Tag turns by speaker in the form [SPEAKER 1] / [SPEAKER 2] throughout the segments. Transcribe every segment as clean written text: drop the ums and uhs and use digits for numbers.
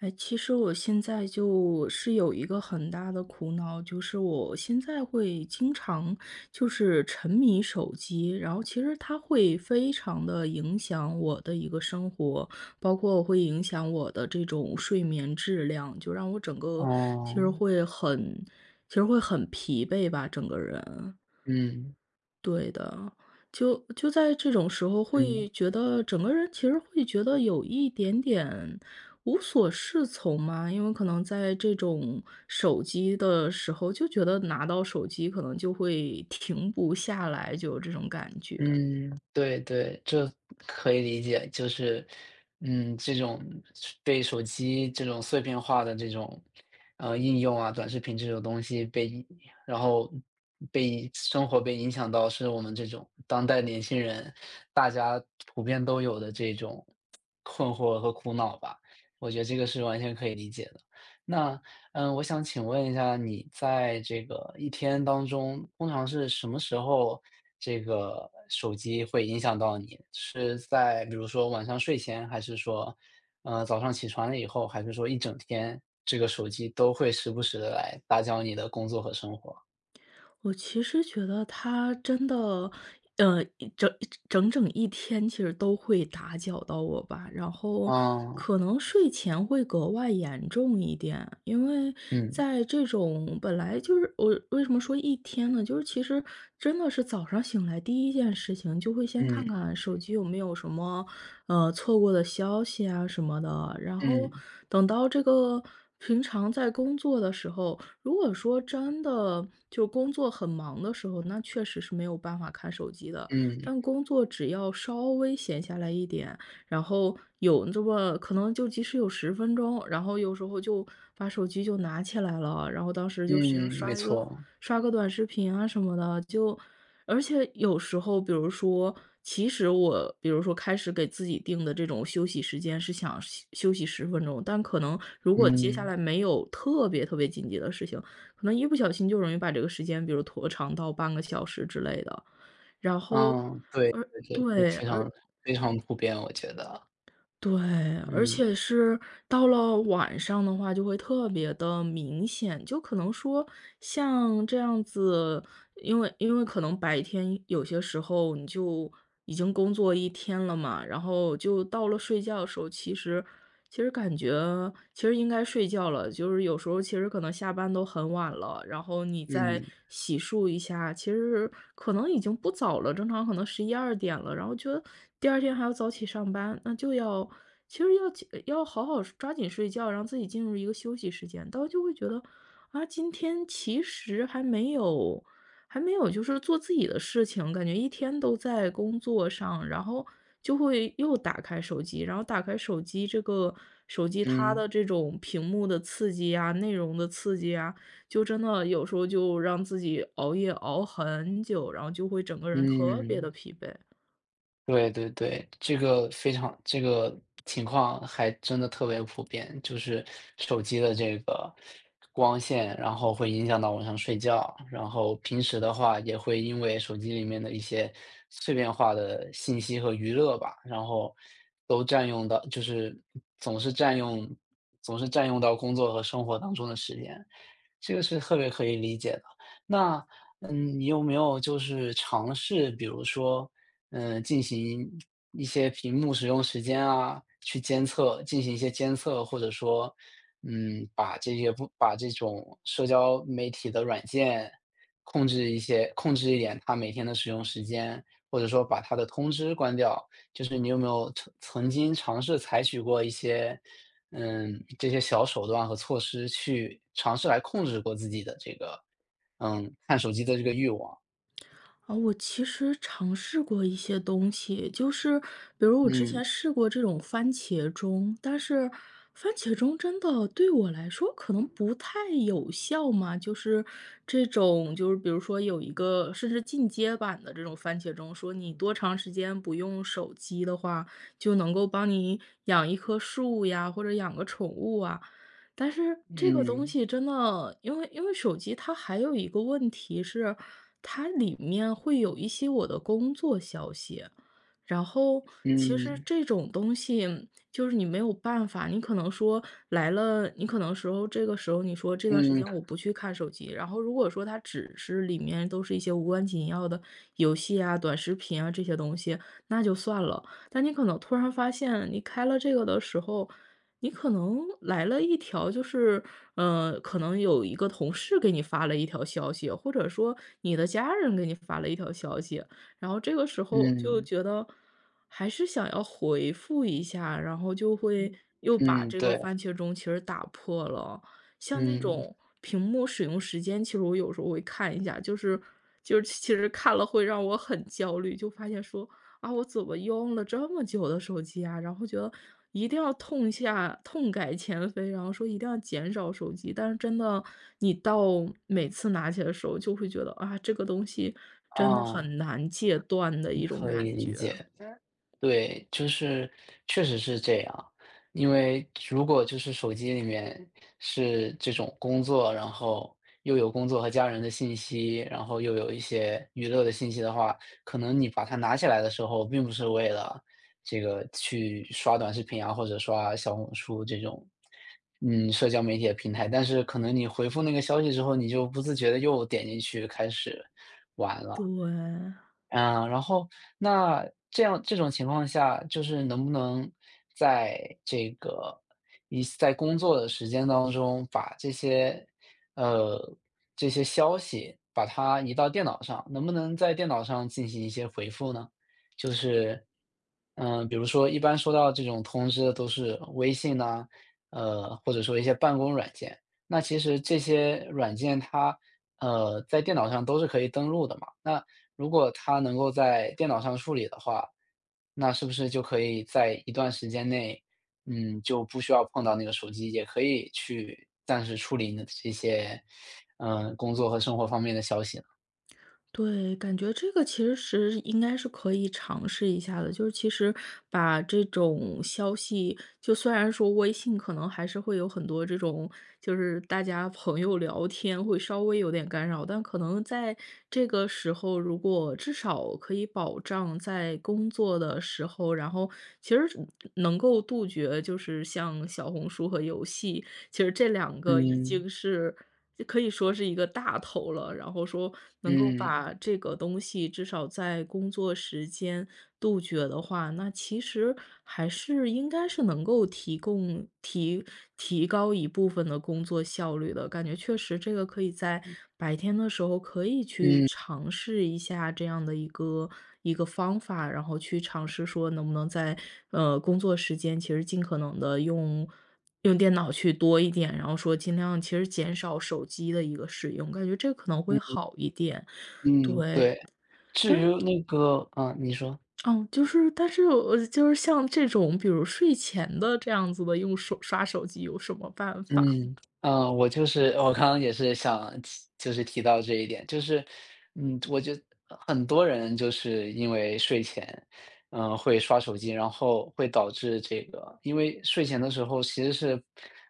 [SPEAKER 1] 哎，其实我现在就是有一个很大的苦恼，就是我现在会经常就是沉迷手机，然后其实它会非常的影响我的一个生活，包括会影响我的这种睡眠质量，就让我整个其实
[SPEAKER 2] 哦，
[SPEAKER 1] 会很其实会很疲惫吧，整个人。
[SPEAKER 2] 嗯，
[SPEAKER 1] 对的，就在这种时候
[SPEAKER 2] 嗯，
[SPEAKER 1] 会觉得整个人其实会觉得有一点点无所适从嘛，因为可能在这种手机的时候，就觉得拿到手机可能就会停不下来，就有这种感觉。
[SPEAKER 2] 嗯，对对，这可以理解。就是，这种被手机这种碎片化的这种，应用啊，短视频这种东西然后被生活被影响到，是我们这种当代年轻人，大家普遍都有的这种困惑和苦恼吧。我觉得这个是完全可以理解的。那，我想请问一下，你在这个一天当中，通常是什么时候这个手机会影响到你？是在比如说晚上睡前，还是说，早上起床了以后，还是说一整天这个手机都会时不时的来打搅你的工作和生活？
[SPEAKER 1] 我其实觉得他真的，呃，一整整整一天其实都会打搅到我吧，然后
[SPEAKER 2] 嗯
[SPEAKER 1] 可能睡前会格外严重一点，因为
[SPEAKER 2] 嗯，
[SPEAKER 1] 在这种本来就是我为什么说一天呢？就是其实真的是早上醒来第一件事情就会先看
[SPEAKER 2] 嗯，
[SPEAKER 1] 看手机有没有什么，错过的消息啊什么的，然后
[SPEAKER 2] 嗯，
[SPEAKER 1] 等到这个平常在工作的时候。如果说真的就工作很忙的时候，那确实是没有办法看手机的。
[SPEAKER 2] 嗯，
[SPEAKER 1] 但工作只要稍微闲下来一点，然后有这么可能就即使有十分钟，然后有时候就把手机就拿起来了，然后当时就寻思
[SPEAKER 2] 嗯，没错，
[SPEAKER 1] 刷个短视频啊什么的，就而且有时候，比如说，其实我比如说开始给自己定的这种休息时间是想休息十分钟，但可能如果接下
[SPEAKER 2] 嗯，
[SPEAKER 1] 来没有特别特别紧急的事情，可能一不小心就容易把这个时间，比如拖长到半个小时之类的。然后
[SPEAKER 2] 嗯，对
[SPEAKER 1] 而
[SPEAKER 2] 对对，这个
[SPEAKER 1] 对，
[SPEAKER 2] 非
[SPEAKER 1] 而
[SPEAKER 2] 常非常普遍，我觉得，
[SPEAKER 1] 对，而
[SPEAKER 2] 嗯，
[SPEAKER 1] 且是到了晚上的话就会特别的明显，就可能说像这样子因为可能白天有些时候你就已经工作一天了嘛，然后就到了睡觉的时候，其实感觉其实应该睡觉了，就是有时候其实可能下班都很晚了，然后你再
[SPEAKER 2] 嗯，
[SPEAKER 1] 洗漱一下，其实可能已经不早了，正常可能十一二点了，然后觉得第二天还要早起上班，那就要其实要起要好好抓紧睡觉，让自己进入一个休息时间，但我就会觉得啊，今天其实还没有。还没有就是做自己的事情，感觉一天都在工作上，然后就会又打开手机，然后打开手机，这个手机它
[SPEAKER 2] 嗯。
[SPEAKER 1] 的这种屏幕的刺激啊，内容的刺激啊，就真的有时候就让自己熬夜熬很久，然后就会整个人特别的
[SPEAKER 2] 嗯，
[SPEAKER 1] 疲惫。
[SPEAKER 2] 对对对，这个非常这个情况还真的特别普遍，就是手机的这个光线，然后会影响到晚上睡觉，然后平时的话也会因为手机里面的一些碎片化的信息和娱乐吧，然后都占用到，就是总是占用，总是占用到工作和生活当中的时间，这个是特别可以理解的。那你有没有就是尝试，比如说？进行一些屏幕使用时间啊，去监测，进行一些监测，或者说，把这些不把这种社交媒体的软件控制一些，控制一点它每天的使用时间，或者说把它的通知关掉。就是你有没有曾经尝试采取过一些，这些小手段和措施去尝试来控制过自己的这个，看手机的这个欲望？
[SPEAKER 1] 啊，我其实尝试过一些东西，就是比如我之
[SPEAKER 2] 嗯
[SPEAKER 1] 前试过这种番茄钟，但是番茄钟真的对我来说可能不太有效嘛，就是这种就是比如说有一个甚至进阶版的这种番茄钟，说你多长时间不用手机的话，就能够帮你养一棵树呀，或者养个宠物啊。但是这个东
[SPEAKER 2] 嗯
[SPEAKER 1] 西真的，因为手机它还有一个问题是，它里面会有一些我的工作消息。然后其实
[SPEAKER 2] 嗯。
[SPEAKER 1] 这种东西就是你没有办法，你可能说来了，你可能时候这个时候你说这段时
[SPEAKER 2] 嗯，
[SPEAKER 1] 间我不去看手机，然后如果说它只是里面都是一些无关紧要的游戏啊、短视频啊这些东西，那就算了。但你可能突然发现，你开了这个的时候，你可能来了一条就是，可能有一个同事给你发了一条消息，或者说你的家人给你发了一条消息，然后这个时候就
[SPEAKER 2] 嗯，
[SPEAKER 1] 觉得还是想要回复一下，然后就会又把
[SPEAKER 2] 嗯，
[SPEAKER 1] 这个
[SPEAKER 2] 对，
[SPEAKER 1] 番茄钟其实打破了。像那
[SPEAKER 2] 嗯，
[SPEAKER 1] 种屏幕使用时间，其实我有时候会看一下，就是其实看了会让我很焦虑，就发现说啊，我怎么用了这么久的手机啊？然后觉得一定要痛下痛改前非，然后说一定要减少手机。但是真的，你到每次拿起来的时候，就会觉得啊，这个东西真的
[SPEAKER 2] 啊。
[SPEAKER 1] 很难戒断的一种
[SPEAKER 2] 可以
[SPEAKER 1] 感
[SPEAKER 2] 理
[SPEAKER 1] 觉。
[SPEAKER 2] 解，对，就是确实是这样。因为如果就是手机里面是这种工作，然后又有工作和家人的信息，然后又有一些娱乐的信息的话，可能你把它拿起来的时候，并不是为了这个去刷短视频啊，或者刷小红书这种，社交媒体的平台，但是可能你回复那个消息之后，你就不自觉的又点进去开始玩了。
[SPEAKER 1] 对。
[SPEAKER 2] 啊，然后那这样这种情况下，就是能不能在这个一在工作的时间当中，把这些呃这些消息把它移到电脑上，能不能在电脑上进行一些回复呢？就是比如说一般收到这种通知的都是微信呐、或者说一些办公软件。那其实这些软件它在电脑上都是可以登录的嘛。那如果它能够在电脑上处理的话，那是不是就可以在一段时间内，就不需要碰到那个手机，也可以去暂时处理你的这些，工作和生活方面的消息呢？
[SPEAKER 1] 对，感觉这个其实是应该是可以尝试一下的，就是其实把这种消息，就虽然说微信可能还是会有很多这种，就是大家朋友聊天会稍微有点干扰，但可能在这个时候，如果至少可以保障在工作的时候，然后其实能够杜绝，就是像小红书和游戏，其实这两个已
[SPEAKER 2] 嗯，
[SPEAKER 1] 经是。就可以说是一个大头了，然后说能够
[SPEAKER 2] 嗯，
[SPEAKER 1] 把这个东西至少在工作时间杜绝的话，那其实还是应该是能够提供提提高一部分的工作效率的。感觉确实这个可以在白天的时候可以去
[SPEAKER 2] 嗯，
[SPEAKER 1] 尝试一下这样的一个方法，然后去尝试说能不能在，工作时间其实尽可能的用电脑去多一点，然后说尽量其实减少手机的一个使用，感觉这可能会
[SPEAKER 2] 嗯，
[SPEAKER 1] 好一点。
[SPEAKER 2] 嗯，
[SPEAKER 1] 对，
[SPEAKER 2] 对。至
[SPEAKER 1] 但
[SPEAKER 2] 于
[SPEAKER 1] 是
[SPEAKER 2] 那个你说。
[SPEAKER 1] 但是我就是像这种比如睡前的这样子的用手刷手机有什么办法吗？
[SPEAKER 2] 嗯，嗯，我刚刚也是想提就是提到这一点，就是，我觉得很多人就是因为睡前会刷手机，然后会导致这个因为睡前的时候其实是，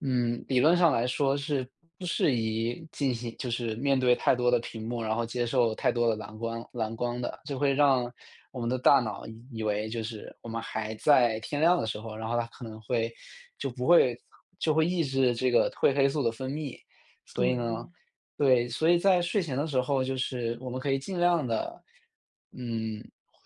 [SPEAKER 2] 理论上来说是不适宜进行就是面对太多的屏幕，然后接受太多的蓝光的，就会让我们的大脑以为就是我们还在天亮的时候，然后它可能会就不会就会抑制这个褪黑素的分泌，所以
[SPEAKER 1] 对，
[SPEAKER 2] 呢对，所以在睡前的时候，就是我们可以尽量的，嗯，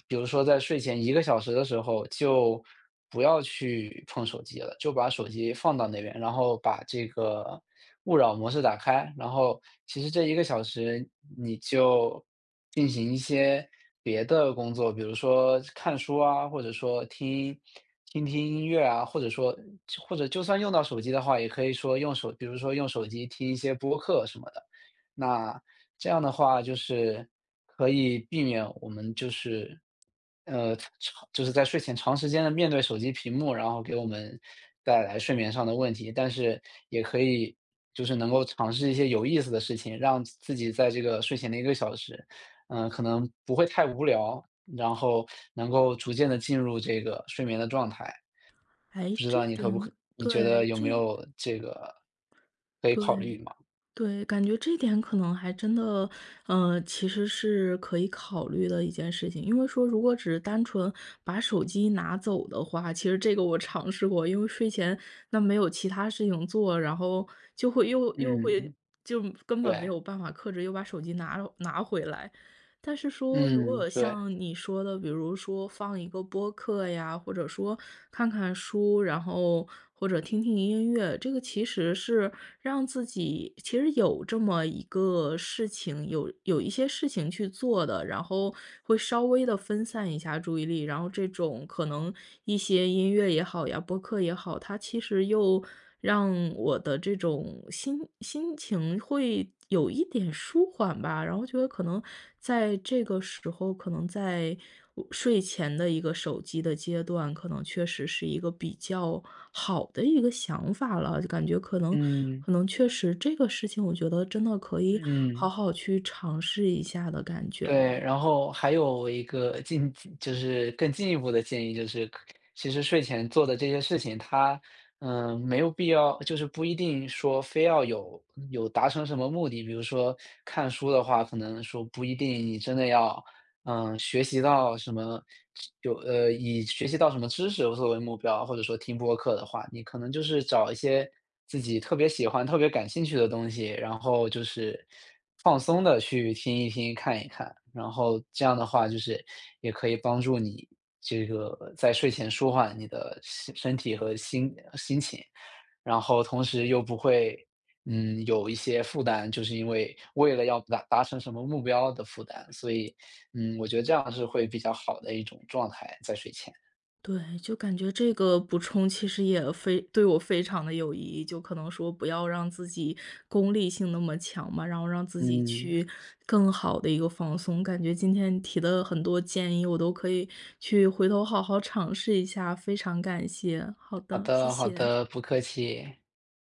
[SPEAKER 2] 比如说在睡前一个小时的时候，就不要去碰手机了，就把手机放到那边，然后把这个勿扰模式打开，然后其实这一个小时你就进行一些别的工作，比如说看书啊，或者说听听音乐啊，或者就算用到手机的话，也可以说比如说用手机听一些播客什么的。那这样的话就是可以避免我们就是，呃，长在睡前长时间的面对手机屏幕，然后给我们带来睡眠上的问题。但是也可以就是能够尝试一些有意思的事情，让自己在这个睡前的一个小时，可能不会太无聊，然后能够逐渐的进入这个睡眠的状态。
[SPEAKER 1] 哎，
[SPEAKER 2] 不知道
[SPEAKER 1] 这
[SPEAKER 2] 你可不可
[SPEAKER 1] 点
[SPEAKER 2] 你觉
[SPEAKER 1] 对，
[SPEAKER 2] 得有没
[SPEAKER 1] 这
[SPEAKER 2] 有这个可以考虑
[SPEAKER 1] 对。
[SPEAKER 2] 吗？
[SPEAKER 1] 对，感觉这一点可能还真的，其实是可以考虑的一件事情。因为说如果只是单纯把手机拿走的话，其实这个我尝试过，因为睡前那没有其他事情做，然后就会又
[SPEAKER 2] 嗯
[SPEAKER 1] 会
[SPEAKER 2] 嗯，
[SPEAKER 1] 就根本没
[SPEAKER 2] 对。
[SPEAKER 1] 有办法克制，又把手机拿回来。但是说，如
[SPEAKER 2] 嗯，
[SPEAKER 1] 果
[SPEAKER 2] 对，
[SPEAKER 1] 像你说的，比如说放一个播客呀，或者说看看书，然后或者听听音乐，这个其实是让自己其实有这么一个事情，有一些事情去做的，然后会稍微的分散一下注意力。然后这种可能一些音乐也好呀，播客也好，它其实又让我的这种心情会有一点舒缓吧。然后觉得可能在这个时候，可能在我睡前的一个手机的阶段，可能确实是一个比较好的一个想法了，就感觉可能
[SPEAKER 2] 嗯，
[SPEAKER 1] 可能确实这个事情，我觉得真的可以好
[SPEAKER 2] 嗯，
[SPEAKER 1] 好去尝试一下的感觉
[SPEAKER 2] 对。
[SPEAKER 1] 了。
[SPEAKER 2] 然后还有一个进就是更进一步的建议就是其实睡前做的这些事情，它，没有必要就是不一定说非要有达成什么目的。比如说看书的话，可能说不一定你真的要学习到什么以学习到什么知识作为目标，或者说听播客的话，你可能就是找一些自己特别喜欢、特别感兴趣的东西，然后就是放松的去听一听、看一看，然后这样的话就是也可以帮助你这个在睡前舒缓你的身体和心情。然后同时又不会，有一些负担，就是因为为了要达成什么目标的负担，所以，我觉得这样是会比较好的一种状态在睡前。
[SPEAKER 1] 对，就感觉这个补充其实也非对我非常的有意义，就可能说不要让自己功利性那么强嘛，然后让自己
[SPEAKER 2] 嗯，
[SPEAKER 1] 去更好的一个放松。感觉今天提的很多建议，我都可以去回头好好尝试一下，非常感谢。好
[SPEAKER 2] 好
[SPEAKER 1] 的，谢
[SPEAKER 2] 的好
[SPEAKER 1] 谢。
[SPEAKER 2] 的，不客气。